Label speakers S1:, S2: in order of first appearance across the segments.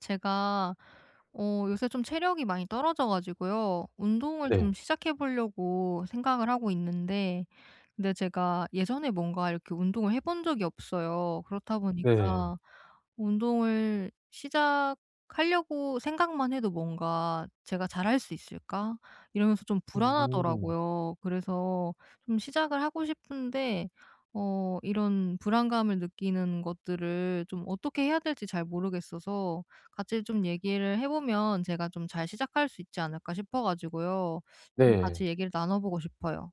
S1: 제가 요새 좀 체력이 많이 떨어져 가지고요. 운동을 좀
S2: 네.
S1: 시작해 보려고 생각을 하고 있는데, 근데 제가 예전에 뭔가 이렇게 운동을 해본 적이 없어요. 그렇다
S2: 네.
S1: 보니까 운동을 시작하려고 생각만 해도 뭔가 '제가 잘할 수 있을까?' 이러면서 좀
S2: 음.
S1: 불안하더라고요. 그래서 좀 시작을 하고 싶은데, 이런 불안감을 느끼는 것들을 좀 어떻게 해야 될지 잘 모르겠어서 같이 좀 얘기를 해 보면 제가 좀 잘 시작할 수 있지 않을까 싶어 가지고요. 좀 같이
S2: 네.
S1: 얘기를 나눠 보고 싶어요.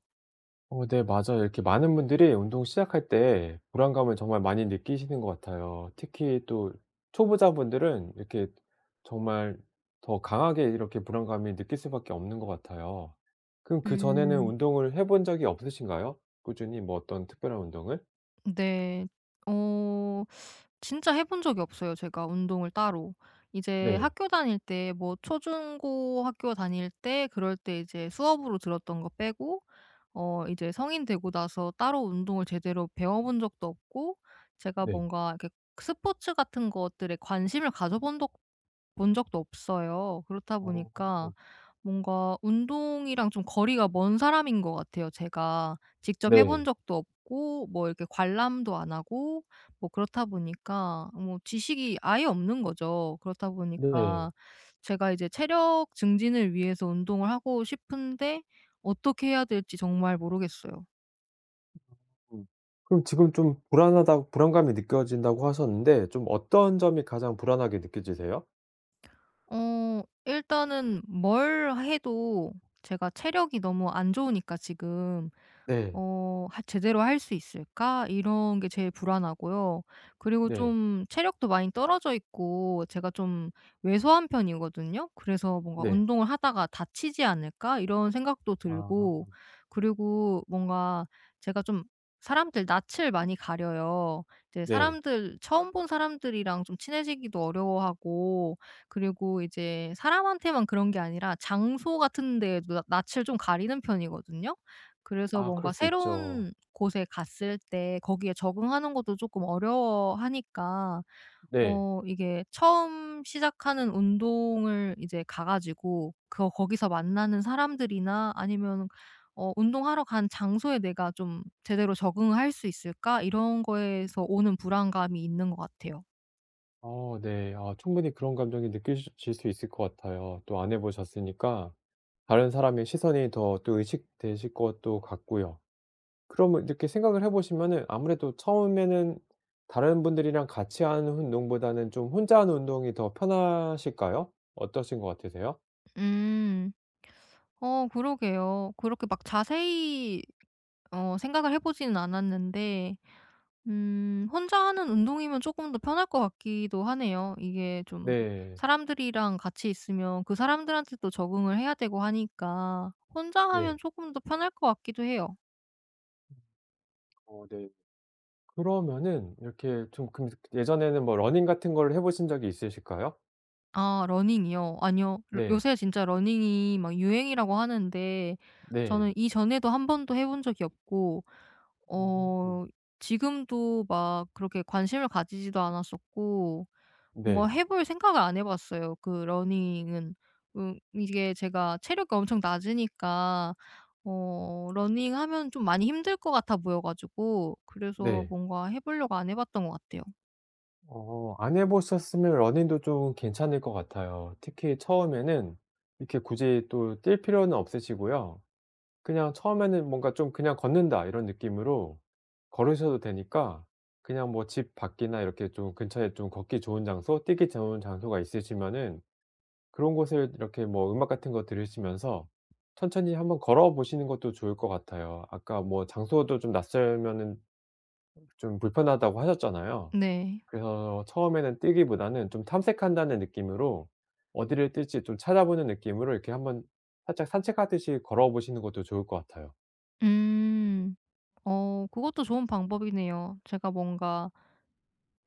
S2: 네 맞아요. 이렇게 많은 분들이 운동 시작할 때 불안감을 정말 많이 느끼시는 것 같아요. 특히 또 초보자분들은 이렇게 정말 더 강하게 이렇게 불안감이 느낄 수밖에 없는 것 같아요. 그럼 그전에는
S1: 음.
S2: 운동을 해본 적이 없으신가요? 꾸준히 뭐 어떤 특별한 운동을?
S1: 네. 어 진짜 해본 적이 없어요, 제가 운동을 따로. 이제
S2: 네.
S1: 학교 다닐 때 뭐 초중고 학교 다닐 때, 그럴 때 이제 수업으로 들었던 거 빼고, 이제 성인 되고 나서 따로 운동을 제대로 배워본 적도 없고, 제가
S2: 네.
S1: 뭔가 이렇게 스포츠 같은 것들에 관심을 가져본 적 본 적도 없어요. 그렇다
S2: 어.
S1: 보니까 뭔가 운동이랑 좀 거리가 먼 사람인 것 같아요, 제가. 직접 해본
S2: 네.
S1: 적도 없고 뭐 이렇게 관람도 안 하고, 뭐 그렇다 보니까 뭐 지식이 아예 없는 거죠. 그렇다
S2: 네.
S1: 보니까 제가 이제 체력 증진을 위해서 운동을 하고 싶은데 어떻게 해야 될지 정말 모르겠어요.
S2: 음. 그럼 지금 좀 불안하다고 불안감이 느껴진다고 하셨는데 좀 어떤 점이 가장 불안하게 느껴지세요?
S1: 일단은 뭘 해도 제가 체력이 너무 안 좋으니까 지금,
S2: 네.
S1: 어 하 '제대로 할 수 있을까?' 이런 게 제일 불안하고요. 그리고
S2: 네.
S1: 좀 체력도 많이 떨어져 있고 제가 좀 왜소한 편이거든요. 그래서 뭔가
S2: 네.
S1: '운동을 하다가 다치지 않을까?' 이런 생각도
S2: 아.
S1: 들고, 그리고 뭔가 제가 좀 사람들 낯을 많이 가려요. 이제
S2: 네.
S1: 사람들, 처음 본 사람들이랑 좀 친해지기도 어려워하고, 그리고 이제 사람한테만 그런 게 아니라 장소 같은 데에도 낯 낯을 좀 가리는 편이거든요. 그래서
S2: 아 그럴
S1: 뭔가
S2: 수 있죠.
S1: 새로운 곳에 갔을 때 거기에 적응하는 것도 조금 어려워하니까
S2: 네.
S1: 이게 처음 시작하는 운동을 이제 가 가지고 거 거기서 만나는 사람들이나, 아니면 '운동하러 간 장소에 내가 좀 제대로 적응을 할 수 있을까?' 이런 거에서 오는 불안감이 있는 것 같아요.
S2: 네. 아 충분히 그런 감정이 느끼실 수 있을 것 같아요. 또 안 해 보셨으니까 다른 사람의 시선이 더 또 의식되실 것도 같고요. 그러면 이렇게 생각을 해 보시면은 아무래도 처음에는 다른 분들이랑 같이 하는 운동보다는 좀 혼자 하는 운동이 더 편하실까요? 어떠신 것 같으세요?
S1: 음. 그러게요. 그렇게 막 자세히 생각을 해 보지는 않았는데, 혼자 하는 운동이면 조금 더 편할 것 같기도 하네요. 이게 좀
S2: 네.
S1: 사람들이랑 같이 있으면 그 사람들한테 또 적응을 해야 되고 하니까 혼자 하면
S2: 네.
S1: 조금 더 편할 것 같기도 해요.
S2: 네. 그러면은 이렇게 좀 그 예전에는 뭐 러닝 같은 걸 해 보신 적이 있으실까요?
S1: 아, 러닝이요? 아니요. 요
S2: 네.
S1: 요새 진짜 러닝이 막 유행이라고 하는데 저는
S2: 네.
S1: 이전에도 한 번도 해본 적이 없고, 어
S2: 음.
S1: 지금도 막 그렇게 관심을 가지지도 않았었고, 뭔가
S2: 네.
S1: 해볼 생각을 안 해 봤어요, 그 러닝은. 이게 제가 체력이 엄청 낮으니까 러닝하면 좀 많이 힘들 것 같아 보여 가지고, 그래서
S2: 네.
S1: 뭔가 해 보려고 안 해 봤던 것 같아요.
S2: 안 해 보셨으면 러닝도 좀 괜찮을 것 같아요. 특히 처음에는 이렇게 굳이 또 뛸 필요는 없으시고요. 그냥 처음에는 뭔가 좀 '그냥 걷는다.' 이런 느낌으로 걸으셔도 되니까 그냥 뭐 집 밖이나 이렇게 좀 근처에 좀 걷기 좋은 장소, 뛰기 좋은 장소가 있으시면은 그런 곳을 이렇게 뭐 음악 같은 거 들으시면서 천천히 한번 걸어 보시는 것도 좋을 것 같아요. 아까 뭐 장소도 좀 낯설면은 좀 불편하다고 하셨잖아요.
S1: 네.
S2: 그래서 처음에는 뛰기보다는 좀 탐색한다는 느낌으로 어디를 뛸지 좀 찾아보는 느낌으로 이렇게 한번 살짝 산책하듯이 걸어 보시는 것도 좋을 것 같아요.
S1: 음. 그것도 좋은 방법이네요. 제가 뭔가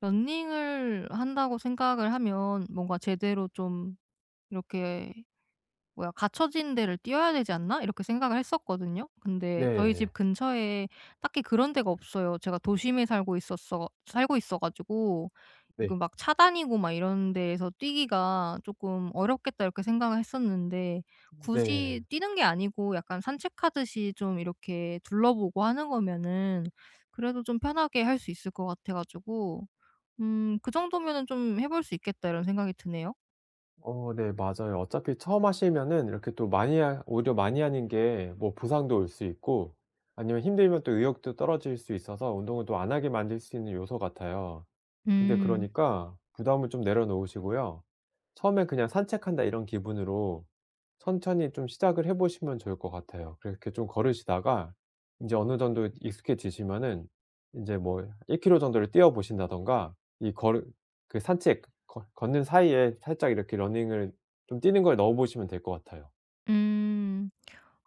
S1: 러닝을 한다고 생각을 하면 뭔가 제대로 좀 이렇게 뭐야 '갖춰진 데를 뛰어야 되지 않나?' 이렇게 생각을 했었거든요. 근데 저희 집
S2: 네.
S1: 근처에 딱히 그런 데가 없어요. 제가 도심에 살고 있어 가지고 '그
S2: 네.
S1: 막 차단이고 막 이런 데에서 뛰기가 조금 어렵겠다.' 이렇게 생각을 했었는데,
S2: 네.
S1: 굳이 뛰는 게 아니고 약간 산책하듯이 좀 이렇게 둘러보고 하는 거면은 그래도 좀 편하게 할 수 있을 것 같아 가지고, '그 정도면은 좀 해볼 수 있겠다.' 이런 생각이 드네요.
S2: 네 맞아요. 어차피 처음 하시면은 이렇게 또 많이 하 오히려 많이 하는 게 뭐 보상도 올 수 있고 아니면 힘들면 또 의욕도 떨어질 수 있어서 운동을 또 안 하게 만들 수 있는 요소 같아요. 근데
S1: 음.
S2: 그러니까 부담을 좀 내려놓으시고요. 처음에 그냥 '산책한다.' 이런 기분으로 천천히 좀 시작을 해 보시면 좋을 것 같아요. 그렇게 좀 걸으시다가 인제 어느 정도 익숙해지시면은 인제 뭐 1 킬로 정도를 뛰어 보신다든가 이 걸을 그 산책 걷 걷는 사이에 살짝 이렇게 러닝을 좀 뛰는 걸 넣어 보시면 될 것 같아요.
S1: 음.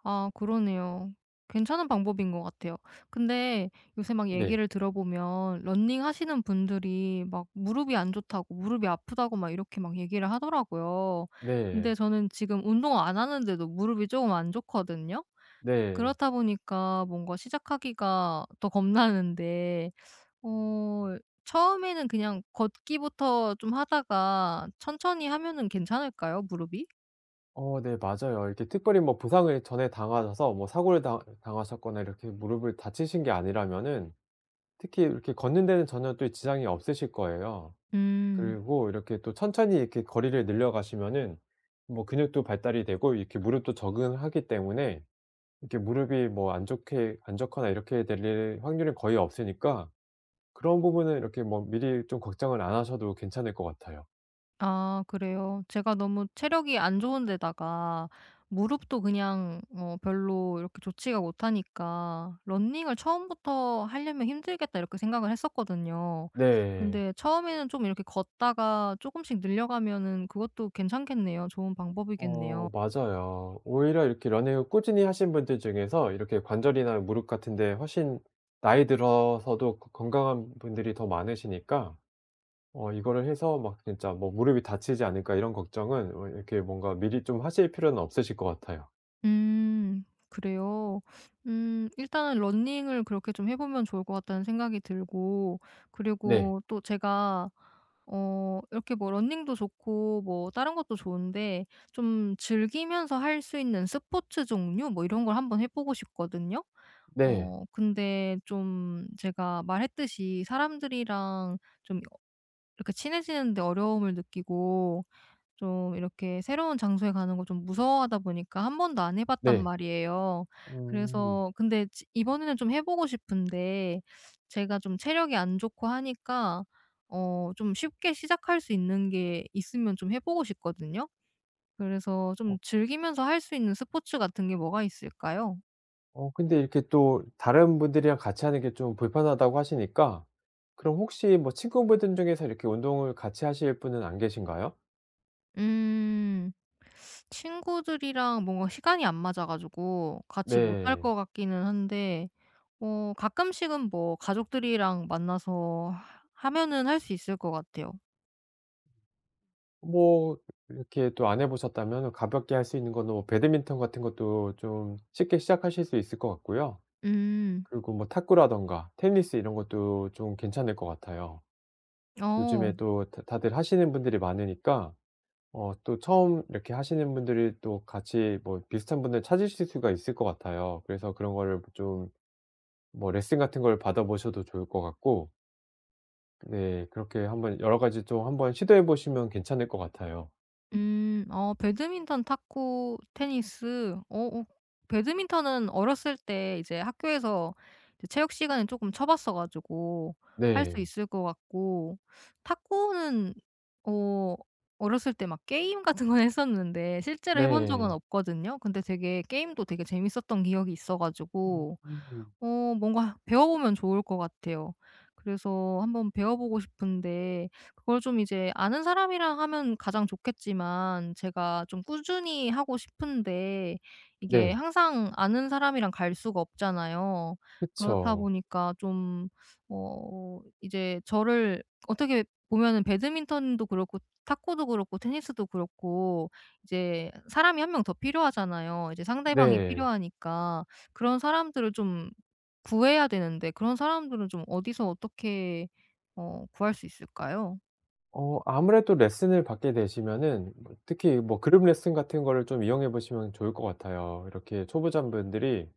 S1: 아, 그러네요. 괜찮은 방법인 것 같아요. 근데 요새 막
S2: 네.
S1: 얘기를 들어보면 러닝 하시는 분들이 막 무릎이 안 좋다고, 무릎이 아프다고 막 이렇게 막 얘기를 하더라고요. 근데
S2: 네.
S1: 저는 지금 운동 안 하는데도 무릎이 조금 안 좋거든요.
S2: 네.
S1: 그렇다 보니까 뭔가 시작하기가 더 겁나는데, 어 처음에는 그냥 걷기부터 좀 하다가 천천히 하면은 괜찮을까요, 무릎이?
S2: 네 맞아요. 이렇게 특별히 뭐 부상을 전에 당하셔서 뭐 사고를 당 당하셨거나 이렇게 무릎을 다치신 게 아니라면은 특히 이렇게 걷는 데는 전혀 또 지장이 없으실 거예요.
S1: 음.
S2: 그리고 이렇게 또 천천히 이렇게 거리를 늘려 가시면은 뭐 근육도 발달이 되고 이렇게 무릎도 적응하기 때문에 이렇게 무릎이 뭐 안 좋게 안 좋거나 이렇게 될 일 확률이 거의 없으니까 그런 부분은 이렇게 뭐 미리 좀 걱정을 안 하셔도 괜찮을 것 같아요.
S1: 아, 그래요? 제가 너무 체력이 안 좋은 데다가 무릎도 그냥 별로 이렇게 좋지가 못하니까 '러닝을 처음부터 하려면 힘들겠다.' 이렇게 생각을 했었거든요.
S2: 네.
S1: 근데 처음에는 좀 이렇게 걷다가 조금씩 늘려가면은 그것도 괜찮겠네요. 좋은 방법이겠네요.
S2: 맞아요. 오히려 이렇게 러닝을 꾸준히 하신 분들 중에서 이렇게 관절이나 무릎 같은 데 훨씬 나이 들어서도 거 건강한 분들이 더 많으시니까 이거를 해서 막 진짜 뭐 '무릎이 다치지 않을까.' 이런 걱정은 이렇게 뭔가 미리 좀 하실 필요는 없으실 것 같아요.
S1: 음. 그래요? 일단은 러닝을 그렇게 좀 해 보면 좋을 것 같다는 생각이 들고,
S2: 네.
S1: 그리고 또 제가 이렇게 뭐 러닝도 좋고 뭐 다른 것도 좋은데, 좀 즐기면서 할 수 있는 스포츠 종류 뭐 이런 걸 한번 해 보고 싶거든요.
S2: 네.
S1: 근데 좀 제가 말했듯이 사람들이랑 좀 이렇게 친해지는 데 어려움을 느끼고, 좀 이렇게 새로운 장소에 가는 거 좀 무서워하다 보니까 한 번도 안 해 봤단
S2: 네.
S1: 말이에요.
S2: 음.
S1: 그래서, 근데 지 이번에는 좀 해 보고 싶은데, 제가 좀 체력이 안 좋고 하니까 좀 쉽게 시작할 수 있는 게 있으면 좀 해 보고 싶거든요. 그래서 좀 즐기면서 할 수 있는 스포츠 같은 게 뭐가 있을까요?
S2: 근데 이렇게 또 다른 분들이랑 같이 하는 게 좀 불편하다고 하시니까 그럼 혹시 뭐 친구분들 중에서 이렇게 운동을 같이 하실 분은 안 계신가요?
S1: 음. 친구들이랑 뭔가 시간이 안 맞아 가지고 같이 못할
S2: 네.
S1: 것 같기는 한데, 가끔씩은 뭐 가족들이랑 만나서 하면은 할 수 있을 것 같아요.
S2: 뭐 이렇게 또 안 해 보셨다면 가볍게 할 수 있는 거는 뭐 배드민턴 같은 것도 좀 쉽게 시작하실 수 있을 것 같고요.
S1: 음.
S2: 그리고 뭐 탁구라든가 테니스 이런 것도 좀 괜찮을 것 같아요. 요즘에
S1: 어.
S2: 또 다 다들 하시는 분들이 많으니까 또 처음 이렇게 하시는 분들이 또 같이 뭐 비슷한 분들 찾으실 수가 있을 것 같아요. 그래서 그런 거를 좀 뭐 레슨 같은 걸 받아 보셔도 좋을 것 같고 네 그렇게 한번 여러 가지 좀 한번 시도해 보시면 괜찮을 것 같아요.
S1: 음. 배드민턴, 탁구, 테니스. 배드민턴은 어렸을 때 이제 학교에서 이제 체육 시간에 조금 쳐 봤어 가지고 할 수
S2: 네.
S1: 있을 것 같고, 탁구는 어 어렸을 때 막 게임 같은 건 했었는데 실제로 해본 적은
S2: 네.
S1: 없거든요. 근데 되게 게임도 되게 재밌었던 기억이 있어 가지고
S2: 음.
S1: 뭔가 배워보면 좋을 것 같아요. 그래서 한번 배워보고 싶은데, 그걸 좀 이제 아는 사람이랑 하면 가장 좋겠지만 제가 좀 꾸준히 하고 싶은데 이게
S2: 네.
S1: 항상 아는 사람이랑 갈 수가 없잖아요. 그렇다
S2: 그쵸.
S1: 보니까 좀 이제 저를, 어떻게 보면은 배드민턴도 그렇고 탁구도 그렇고 테니스도 그렇고 이제 사람이 한 명 더 필요하잖아요. 이제 상대방이
S2: 네.
S1: 필요하니까. 그런 사람들을 좀 구해야 되는데, 그런 사람들은 좀 어디서 어떻게 구할 수 있을까요?
S2: 아무래도 레슨을 받게 되시면은 뭐 특히 뭐 그룹 레슨 같은 거를 좀 이용해 보시면 좋을 것 같아요. 이렇게 초보자분들이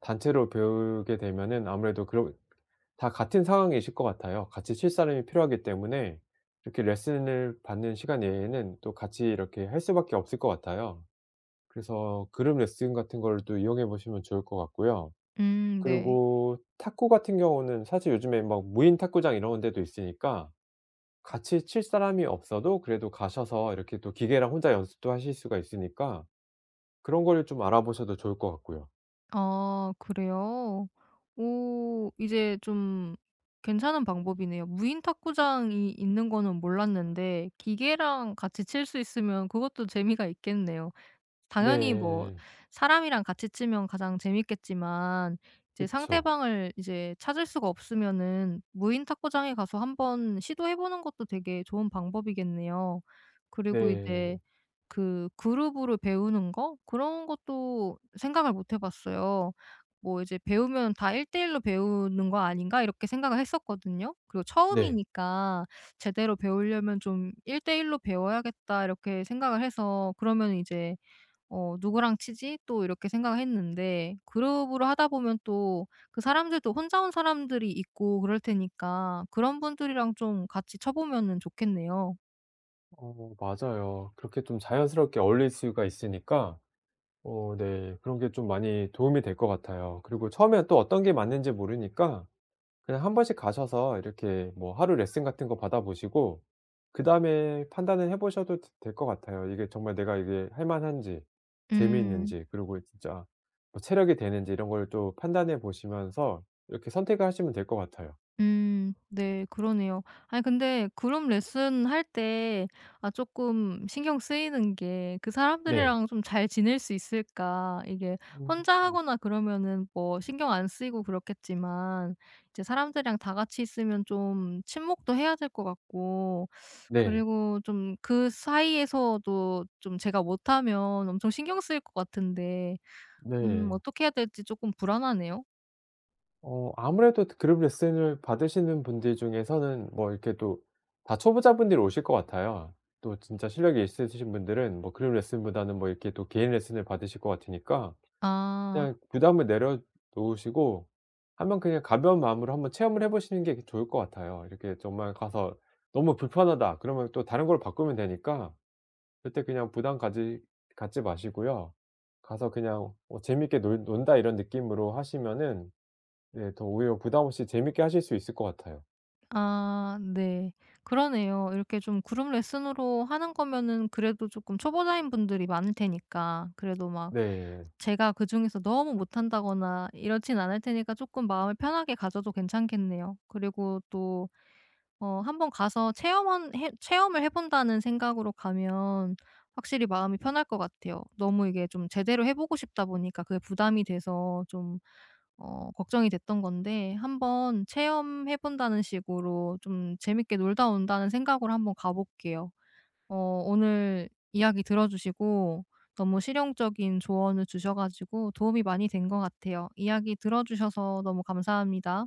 S2: 단체로 배우게 되면은 아무래도 그런 다 같은 상황이실 것 같아요. 같이 칠 사람이 필요하기 때문에 이렇게 레슨을 받는 시간 외에는 또 같이 이렇게 할 수밖에 없을 것 같아요. 그래서 그룹 레슨 같은 거를 또 이용해 보시면 좋을 것 같고요.
S1: 음. 네.
S2: 그리고 탁구 같은 경우는 사실 요즘에 막 무인 탁구장 이런 데도 있으니까 같이 칠 사람이 없어도 그래도 가셔서 이렇게 또 기계랑 혼자 연습도 하실 수가 있으니까 그런 거를 좀 알아보셔도 좋을 것 같고요.
S1: 아, 그래요? 오, 이제 좀 괜찮은 방법이네요. 무인 탁구장이 있는 거는 몰랐는데 기계랑 같이 칠 수 있으면 그것도 재미가 있겠네요. 당연히 뭐
S2: 네.
S1: 사람이랑 같이 치면 가장 재밌겠지만 이제
S2: 그쵸.
S1: 상대방을 이제 찾을 수가 없으면은 무인 탁구장에 가서 한번 시도해 보는 것도 되게 좋은 방법이겠네요. 그리고 이제
S2: 네.
S1: 그룹으로 배우는 거, 그런 것도 생각을 못해 봤어요. 뭐 이제 '배우면 다 1대1로 배우는 거 아닌가?' 이렇게 생각을 했었거든요. 그리고
S2: 네.
S1: 처음이니까 '제대로 배우려면 좀 1대1로 배워야겠다.' 이렇게 생각을 해서, 그러면 이제 '어 누구랑 치지?' 또 이렇게 생각 했는데, 그룹으로 하다 보면 또 그 사람들도 혼자 온 사람들이 있고 그럴 테니까 그런 분들이랑 좀 같이 쳐보면은 좋겠네요.
S2: 맞아요. 그렇게 좀 자연스럽게 어울릴 수가 있으니까 네 그런 게 좀 많이 도움이 될 것 같아요. 그리고 처음에 또 어떤 게 맞는지 모르니까 그냥 한 번씩 가셔서 이렇게 뭐 하루 레슨 같은 거 받아 보시고 그다음에 판단을 해 보셔도 될 것 같아요. 이게 정말 내가 이게 할 만한지
S1: 음.
S2: 재미있는지 그리고 진짜 뭐 체력이 되는지 이런 걸 또 판단해 보시면서 이렇게 선택을 하시면 될 것 같아요.
S1: 음. 네. 그러네요. 아니 근데 그룹 레슨할 때 아, 조금 신경 쓰이는 게 그
S2: 네.
S1: 사람들이랑 좀 잘 지낼 수 있을까? 이게 혼자
S2: 음.
S1: 하거나 그러면은 뭐 신경 안 쓰이고 그렇겠지만 이제 사람들이랑 다 같이 있으면 좀 친목도 해야 될 것 같고,
S2: 네.
S1: 그리고 좀 그 사이에서도 좀 제가 못하면 엄청 신경 쓰일 것 같은데,
S2: 네.
S1: 어떻게 해야 될지 조금 불안하네요.
S2: 아무래도 그룹 레슨을 받으시는 분들 중에서는 뭐 이렇게 또 다 초보자분들이 오실 것 같아요. 또 진짜 실력이 있으신 분들은 뭐 그룹 레슨보다는 뭐 이렇게 또 개인 레슨을 받으실 것 같으니까 그냥
S1: 아.
S2: 부담을 내려 놓으시고 한번 그냥 가벼운 마음으로 한번 체험을 해 보시는 게 좋을 것 같아요. 이렇게 정말 가서 '너무 불편하다.' 그러면 또 다른 걸로 바꾸면 되니까 절대 그냥 부담 가지 갖지 마시고요. 가서 그냥 재밌게 놀 논다.' 이런 느낌으로 하시면은 네. 더 오히려 부담 없이 재밌게 하실 수 있을 것 같아요.
S1: 아, 네. 그러네요. 이렇게 좀 그룹 레슨으로 하는 거면은 그래도 조금 초보자인 분들이 많을 테니까, 그래도 막
S2: 네.
S1: 제가 그중에서 너무 못한다거나 이렇진 않을 테니까 조금 마음을 편하게 가져도 괜찮겠네요. 그리고 또 한번 가서 체험한 해 체험을 해 본다는 생각으로 가면 확실히 마음이 편할 것 같아요. 너무 이게 좀 제대로 해 보고 싶다 보니까 그게 부담이 돼서 좀 걱정이 됐던 건데, 한번 체험해 본다는 식으로 좀 재밌게 놀다 온다는 생각으로 한번 가 볼게요. 어 오늘 이야기 들어 주시고 너무 실용적인 조언을 주셔 가지고 도움이 많이 된 것 같아요. 이야기 들어 주셔서 너무 감사합니다.